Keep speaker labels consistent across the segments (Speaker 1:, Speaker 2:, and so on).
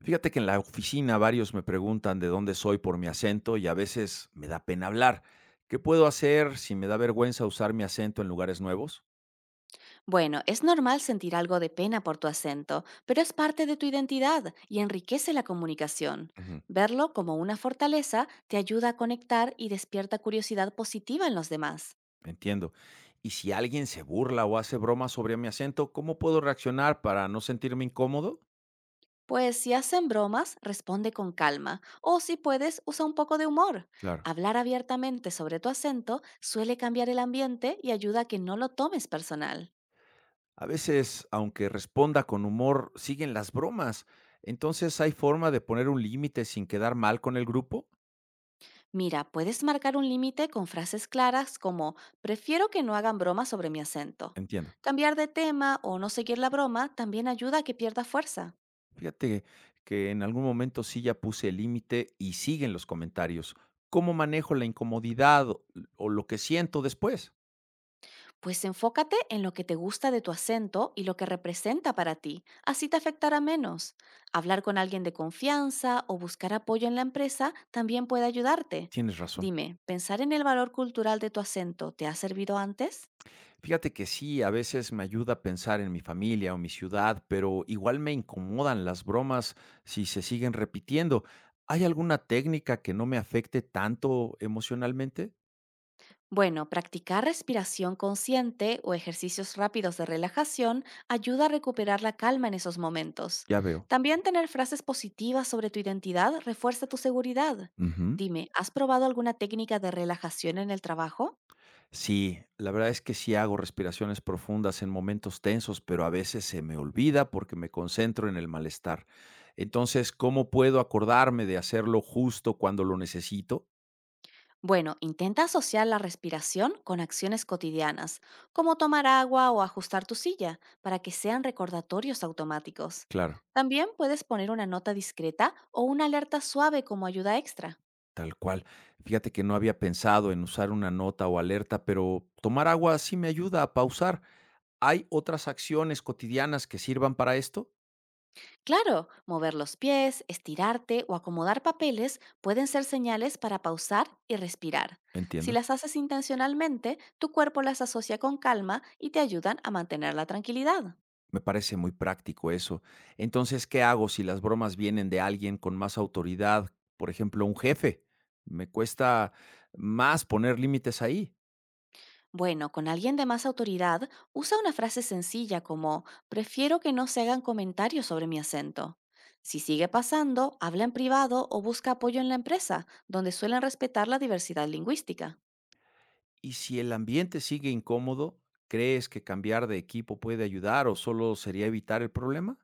Speaker 1: Fíjate que en la oficina varios me preguntan de dónde soy por mi acento y a veces me da pena hablar. ¿Qué puedo hacer si me da vergüenza usar mi acento en lugares nuevos?
Speaker 2: Bueno, es normal sentir algo de pena por tu acento, pero es parte de tu identidad y enriquece la comunicación.
Speaker 1: Ujú,
Speaker 2: Verlo como una fortaleza te ayuda a conectar y despierta curiosidad positiva en los demás.
Speaker 1: entiendo. Y si alguien se burla o hace bromas sobre mi acento, ¿cómo puedo reaccionar para no sentirme incómodo?
Speaker 2: Pues si hacen bromas, responde con calma o si puedes, usa un poco de humor.
Speaker 1: Claro.
Speaker 2: Hablar abiertamente sobre tu acento suele cambiar el ambiente y ayuda a que no lo tomes personal.
Speaker 1: A veces, aunque responda con humor, siguen las bromas. Entonces, ¿hay forma de poner un límite sin quedar mal con el grupo?
Speaker 2: Mira, puedes marcar un límite con frases claras como prefiero que no hagan broma sobre mi acento.
Speaker 1: Entiendo.
Speaker 2: Cambiar de tema o no seguir la broma también ayuda a que pierda fuerza.
Speaker 1: Fíjate que en algún momento sí ya puse el límite y siguen los comentarios. ¿Cómo manejo la incomodidad o lo que siento después?
Speaker 2: Pues enfócate en lo que te gusta de tu acento y lo que representa para ti, así te afectará menos. Hablar con alguien de confianza o buscar apoyo en la empresa también puede ayudarte.
Speaker 1: Tienes razón.
Speaker 2: Dime, ¿pensar en el valor cultural de tu acento te ha servido antes?
Speaker 1: Fíjate que sí, a veces me ayuda a pensar en mi familia o mi ciudad, pero igual me incomodan las bromas si se siguen repitiendo. ¿Hay alguna técnica que no me afecte tanto emocionalmente?
Speaker 2: Bueno, practicar respiración consciente o ejercicios rápidos de relajación ayuda a recuperar la calma en esos momentos.
Speaker 1: Ya veo.
Speaker 2: También tener frases positivas sobre tu identidad refuerza tu seguridad.
Speaker 1: Ujú.
Speaker 2: Dime, ¿has probado alguna técnica de relajación en el trabajo?
Speaker 1: Sí, la verdad es que sí hago respiraciones profundas en momentos tensos, pero a veces se me olvida porque me concentro en el malestar. Entonces, ¿cómo puedo acordarme de hacerlo justo cuando lo necesito?
Speaker 2: Bueno, intenta asociar la respiración con acciones cotidianas, como tomar agua o ajustar tu silla, para que sean recordatorios automáticos.
Speaker 1: Claro.
Speaker 2: También puedes poner una nota discreta o una alerta suave como ayuda extra.
Speaker 1: Tal cual. Fíjate que no había pensado en usar una nota o alerta, pero tomar agua sí me ayuda a pausar. ¿Hay otras acciones cotidianas que sirvan para esto?
Speaker 2: Claro, mover los pies, estirarte o acomodar papeles pueden ser señales para pausar y respirar. Si
Speaker 1: Entiendo.
Speaker 2: las haces intencionalmente, tu cuerpo las asocia con calma y te ayudan a mantener la tranquilidad.
Speaker 1: Me parece muy práctico eso. Entonces, ¿qué hago si las bromas vienen de alguien con más autoridad? Por ejemplo, un jefe. Me cuesta más poner límites ahí.
Speaker 2: Bueno, con alguien de más autoridad, usa una frase sencilla como prefiero que no se hagan comentarios sobre mi acento. Si sigue pasando, habla en privado o busca apoyo en la empresa, donde suelen respetar la diversidad lingüística.
Speaker 1: Y si el ambiente sigue incómodo, ¿crees que cambiar de equipo puede ayudar o solo sería evitar el problema?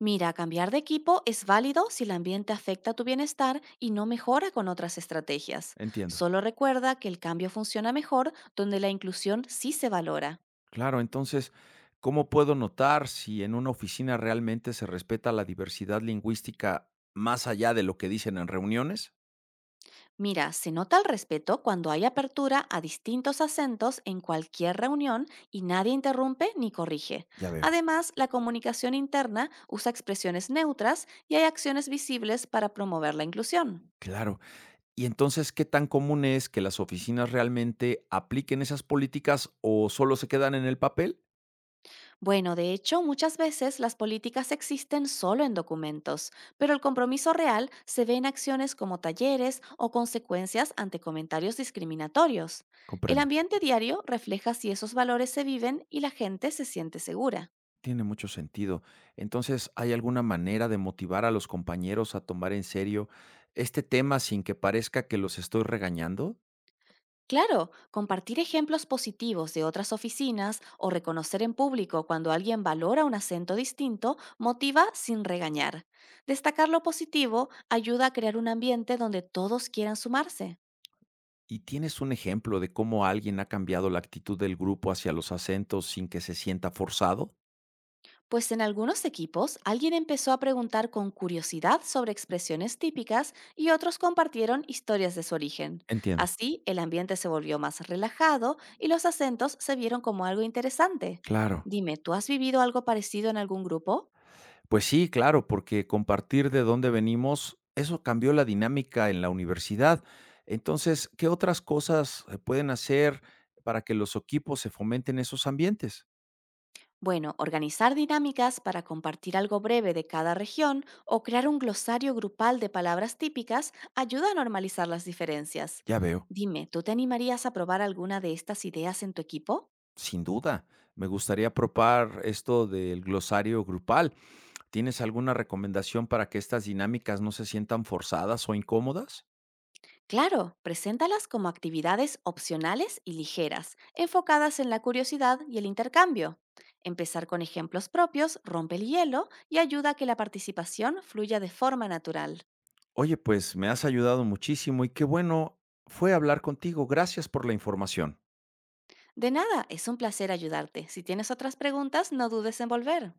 Speaker 2: Mira, cambiar de equipo es válido si el ambiente afecta tu bienestar y no mejora con otras estrategias.
Speaker 1: Entiendo.
Speaker 2: Solo recuerda que el cambio funciona mejor donde la inclusión sí se valora.
Speaker 1: Claro, entonces, ¿cómo puedo notar si en una oficina realmente se respeta la diversidad lingüística más allá de lo que dicen en reuniones?
Speaker 2: Mira, se nota el respeto cuando hay apertura a distintos acentos en cualquier reunión y nadie interrumpe ni corrige.
Speaker 1: Ya veo.
Speaker 2: Además, la comunicación interna usa expresiones neutras y hay acciones visibles para promover la inclusión.
Speaker 1: Claro. Y entonces, ¿qué tan común es que las oficinas realmente apliquen esas políticas o solo se quedan en el papel?
Speaker 2: Bueno, de hecho, muchas veces las políticas existen solo en documentos, pero el compromiso real se ve en acciones como talleres o consecuencias ante comentarios discriminatorios. El
Speaker 1: Comprendo.
Speaker 2: ambiente diario refleja si esos valores se viven y la gente se siente segura.
Speaker 1: Tiene mucho sentido. Entonces, ¿hay alguna manera de motivar a los compañeros a tomar en serio este tema sin que parezca que los estoy regañando?
Speaker 2: Claro, compartir ejemplos positivos de otras oficinas o reconocer en público cuando alguien valora un acento distinto motiva sin regañar. Destacar lo positivo ayuda a crear un ambiente donde todos quieran sumarse.
Speaker 1: ¿Y tienes un ejemplo de cómo alguien ha cambiado la actitud del grupo hacia los acentos sin que se sienta forzado?
Speaker 2: Pues en algunos equipos alguien empezó a preguntar con curiosidad sobre expresiones típicas y otros compartieron historias de su origen.
Speaker 1: Entiendo.
Speaker 2: Así, el ambiente se volvió más relajado y los acentos se vieron como algo interesante.
Speaker 1: Claro.
Speaker 2: Dime, ¿tú has vivido algo parecido en algún grupo?
Speaker 1: Pues sí, claro, porque compartir de dónde venimos, eso cambió la dinámica en la universidad. Entonces, ¿qué otras cosas pueden hacer para que los equipos se fomenten esos ambientes?
Speaker 2: Bueno, organizar dinámicas para compartir algo breve de cada región o crear un glosario grupal de palabras típicas ayuda a normalizar las diferencias.
Speaker 1: Ya veo,
Speaker 2: Dime, ¿tú te animarías a probar alguna de estas ideas en tu equipo?
Speaker 1: sin duda. Me gustaría propar esto del glosario grupal. ¿Tienes alguna recomendación para que estas dinámicas no se sientan forzadas o incómodas?
Speaker 2: Claro, preséntalas como actividades opcionales y ligeras, enfocadas en la curiosidad y el intercambio. Empezar con ejemplos propios rompe el hielo y ayuda a que la participación fluya de forma natural.
Speaker 1: Oye, pues me has ayudado muchísimo y qué bueno fue hablar contigo. Gracias por la información.
Speaker 2: De nada, es un placer ayudarte. Si tienes otras preguntas, no dudes en volver.